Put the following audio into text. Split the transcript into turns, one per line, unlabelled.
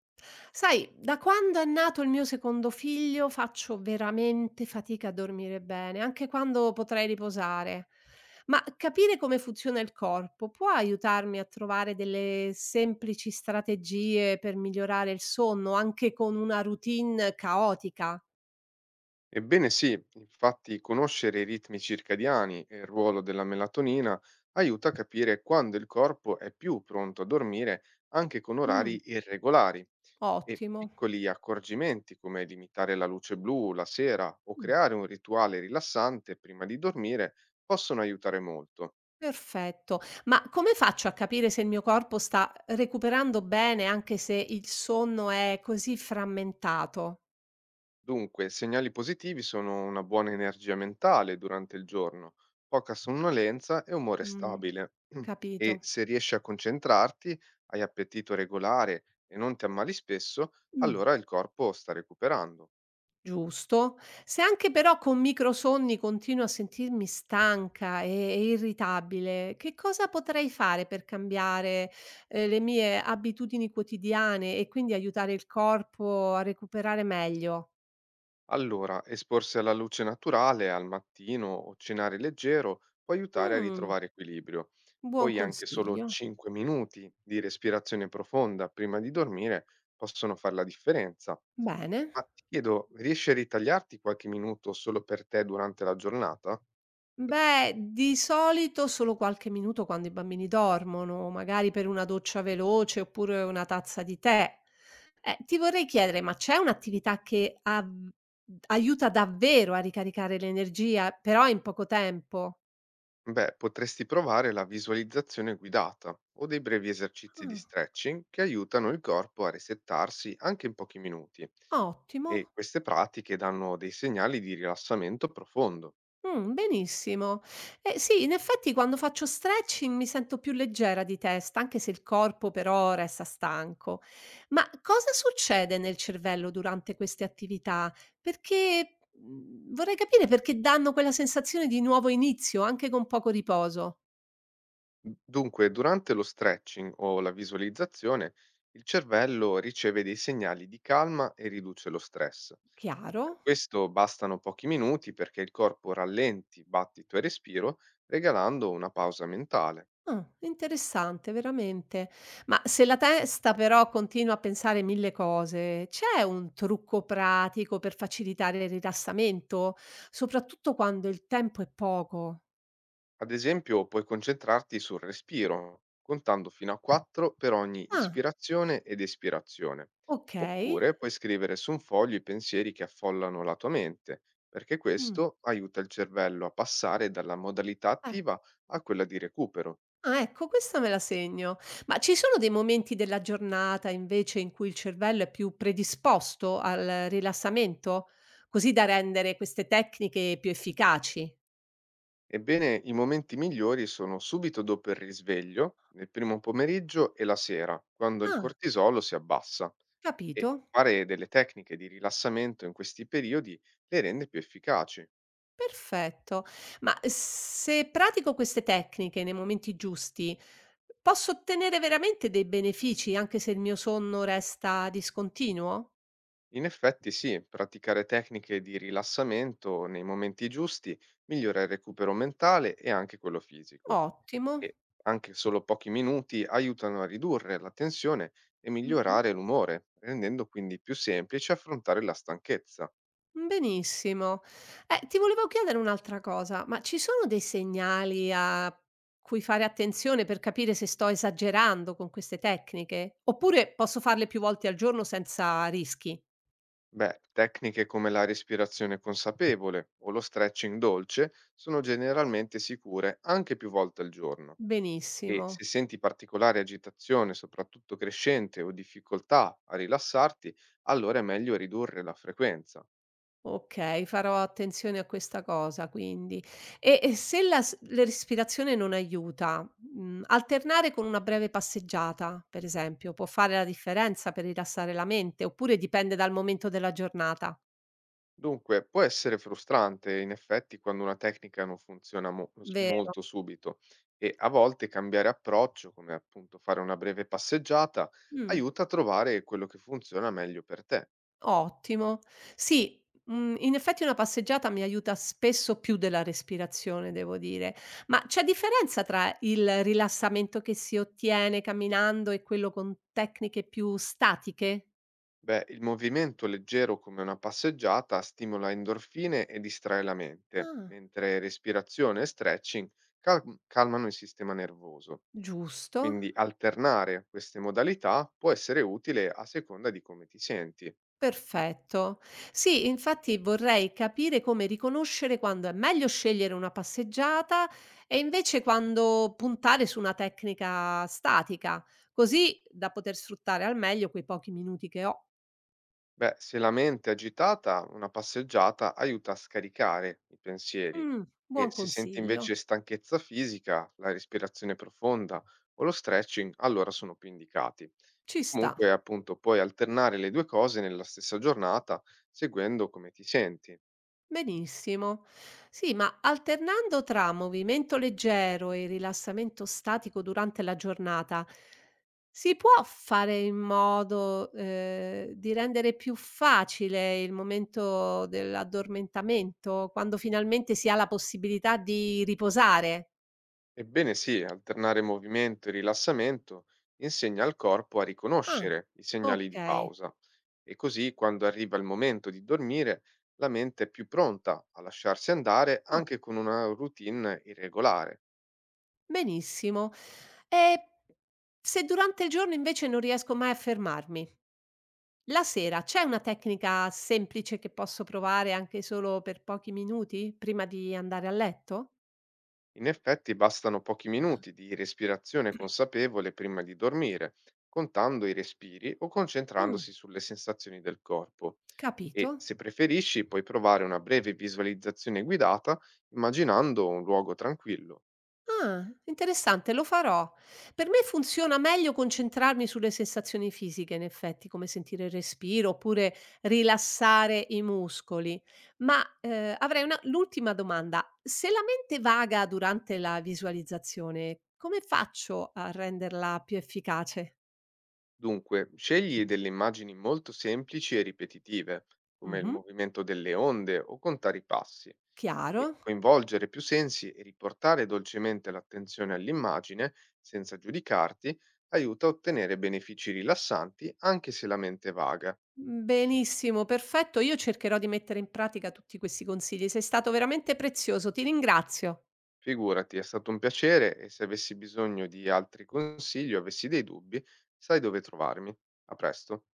Sai, da quando è nato il mio secondo figlio faccio veramente fatica a dormire bene, anche quando potrei riposare. Ma capire come funziona il corpo può aiutarmi a trovare delle semplici strategie per migliorare il sonno, anche con una routine caotica?
Ebbene sì, infatti conoscere i ritmi circadiani e il ruolo della melatonina aiuta a capire quando il corpo è più pronto a dormire anche con orari
Mm,
irregolari e
ottimo.
piccoli accorgimenti come limitare la luce blu la sera o
Mm.
creare un rituale rilassante prima di dormire possono aiutare molto.
Perfetto. Ma come faccio a capire se il mio corpo sta recuperando bene anche se il sonno è così frammentato?
Dunque, segnali positivi sono una buona energia mentale durante il giorno, poca sonnolenza e umore
Mh,
stabile.
capito.
E se riesci a concentrarti, hai appetito regolare e non ti ammali spesso,
Mh,
allora il corpo sta recuperando.
giusto. Se anche però con microsonni continuo a sentirmi stanca e irritabile, che cosa potrei fare per cambiare, le mie abitudini quotidiane e quindi aiutare il corpo a recuperare meglio?
Allora, esporsi alla luce naturale al mattino o cenare leggero può aiutare a
Mh,
ritrovare equilibrio.
buon
Poi anche solo
consiglio.
5 minuti di respirazione profonda prima di dormire possono fare la differenza. Ma
Bene.
ti chiedo, riesci a ritagliarti qualche minuto solo per te durante la giornata?
Beh, di solito solo qualche minuto quando i bambini dormono, magari per una doccia veloce oppure una tazza di tè. Ti vorrei chiedere, ma c'è un'attività che aiuta davvero a ricaricare l'energia, però in poco tempo?
Beh, potresti provare la visualizzazione guidata o dei brevi esercizi di stretching che aiutano il corpo a resettarsi anche in pochi minuti.
Ah,
E
ottimo.
queste pratiche danno dei segnali di rilassamento profondo.
Benissimo. Eh sì, in effetti quando faccio stretching mi sento più leggera di testa, anche se il corpo però resta stanco. Ma cosa succede nel cervello durante queste attività? Perché vorrei capire perché danno quella sensazione di nuovo inizio, anche con poco riposo.
Dunque, durante lo stretching o la visualizzazione, il cervello riceve dei segnali di calma e riduce lo stress.
Chiaro?
Per questo bastano pochi minuti perché il corpo rallenti battito e respiro, regalando una pausa mentale.
Ah, interessante veramente. Ma se la testa però continua a pensare mille cose, c'è un trucco pratico per facilitare il rilassamento, soprattutto quando il tempo è poco?
Ad esempio, puoi concentrarti sul respiro, contando fino a 4 per ogni
Ah,
ispirazione ed espirazione.
okay.
Oppure puoi scrivere su un foglio i pensieri che affollano la tua mente, perché
Mh,
questo aiuta il cervello a passare dalla modalità
eh.
attiva a quella di recupero.
Ah, ecco questa me la segno. Ma ci sono dei momenti della giornata invece in cui il cervello è più predisposto al rilassamento, così da rendere queste tecniche più efficaci?
Ebbene, i momenti migliori sono subito dopo il risveglio, nel primo pomeriggio e la sera, quando il
Ah,
cortisolo si abbassa.
capito.
E fare delle tecniche di rilassamento in questi periodi le rende più efficaci.
Perfetto. Ma se pratico queste tecniche nei momenti giusti, posso ottenere veramente dei benefici anche se il mio sonno resta discontinuo?
In effetti, sì, praticare tecniche di rilassamento nei momenti giusti migliora il recupero mentale e anche quello fisico.
Ottimo.
E anche solo pochi minuti aiutano a ridurre la tensione e
Mm,
migliorare l'umore, rendendo quindi più semplice affrontare la stanchezza.
benissimo. Ti volevo chiedere un'altra cosa, ma ci sono dei segnali a cui fare attenzione per capire se sto esagerando con queste tecniche? Oppure posso farle più volte al giorno senza rischi?
Beh, tecniche come la respirazione consapevole o lo stretching dolce sono generalmente sicure anche più volte al giorno, e
Benissimo.
se senti particolare agitazione, soprattutto crescente o difficoltà a rilassarti, allora è meglio ridurre la frequenza.
Okay, farò attenzione a questa cosa quindi. E se la respirazione non aiuta, alternare con una breve passeggiata, per esempio, può fare la differenza per rilassare la mente, oppure dipende dal momento della giornata?
Dunque, può essere frustrante in effetti quando una tecnica non funziona
Vero.
molto subito, e a volte cambiare approccio, come appunto fare una breve passeggiata,
Mh,
aiuta a trovare quello che funziona meglio per te.
ottimo. Sì, in effetti una passeggiata mi aiuta spesso più della respirazione, devo dire. Ma c'è differenza tra il rilassamento che si ottiene camminando e quello con tecniche più statiche?
Beh, il movimento leggero come una passeggiata stimola endorfine e distrae la mente,
Ah.
mentre respirazione e stretching calmano il sistema nervoso.
Giusto,
Quindi alternare queste modalità può essere utile a seconda di come ti senti.
perfetto. Sì, infatti vorrei capire come riconoscere quando è meglio scegliere una passeggiata e invece quando puntare su una tecnica statica, così da poter sfruttare al meglio quei pochi minuti che ho.
Beh, se la mente è agitata, una passeggiata aiuta a scaricare i pensieri,
Mm,
e
buon
se senti
consiglio.
invece stanchezza fisica, la respirazione profonda o lo stretching, allora sono più indicati.
Ci sta.
Comunque, appunto, puoi alternare le due cose nella stessa giornata, seguendo come ti senti.
Benissimo. Sì, ma alternando tra movimento leggero e rilassamento statico durante la giornata, si può fare in modo, di rendere più facile il momento dell'addormentamento, quando finalmente si ha la possibilità di riposare?
Ebbene sì, alternare movimento e rilassamento insegna al corpo a
Ah,
riconoscere i segnali di
okay.
pausa. E così, quando arriva il momento di dormire, la mente è più pronta a lasciarsi andare
Oh,
anche con una routine irregolare.
benissimo. E se durante il giorno invece non riesco mai a fermarmi? La sera c'è una tecnica semplice che posso provare anche solo per pochi minuti prima di andare a letto?
In effetti bastano pochi minuti di respirazione consapevole prima di dormire, contando i respiri o
Mh,
concentrandosi sulle sensazioni del corpo.
capito.
E se preferisci, puoi provare una breve visualizzazione guidata immaginando un luogo tranquillo.
Ah, interessante, lo farò. Per me funziona meglio concentrarmi sulle sensazioni fisiche, in effetti, come sentire il respiro oppure rilassare i muscoli. Ma avrei una, l'ultima domanda. Se la mente vaga durante la visualizzazione, come faccio a renderla più efficace?
Dunque, scegli delle immagini molto semplici e ripetitive, come il
Mhm,
movimento delle onde o contare i passi.
chiaro.
E coinvolgere più sensi e riportare dolcemente l'attenzione all'immagine, senza giudicarti, aiuta a ottenere benefici rilassanti anche se la mente è vaga.
Benissimo, perfetto. Io cercherò di mettere in pratica tutti questi consigli. Sei stato veramente prezioso. Ti ringrazio.
Figurati, è stato un piacere e se avessi bisogno di altri consigli o avessi dei dubbi, sai dove trovarmi. A presto.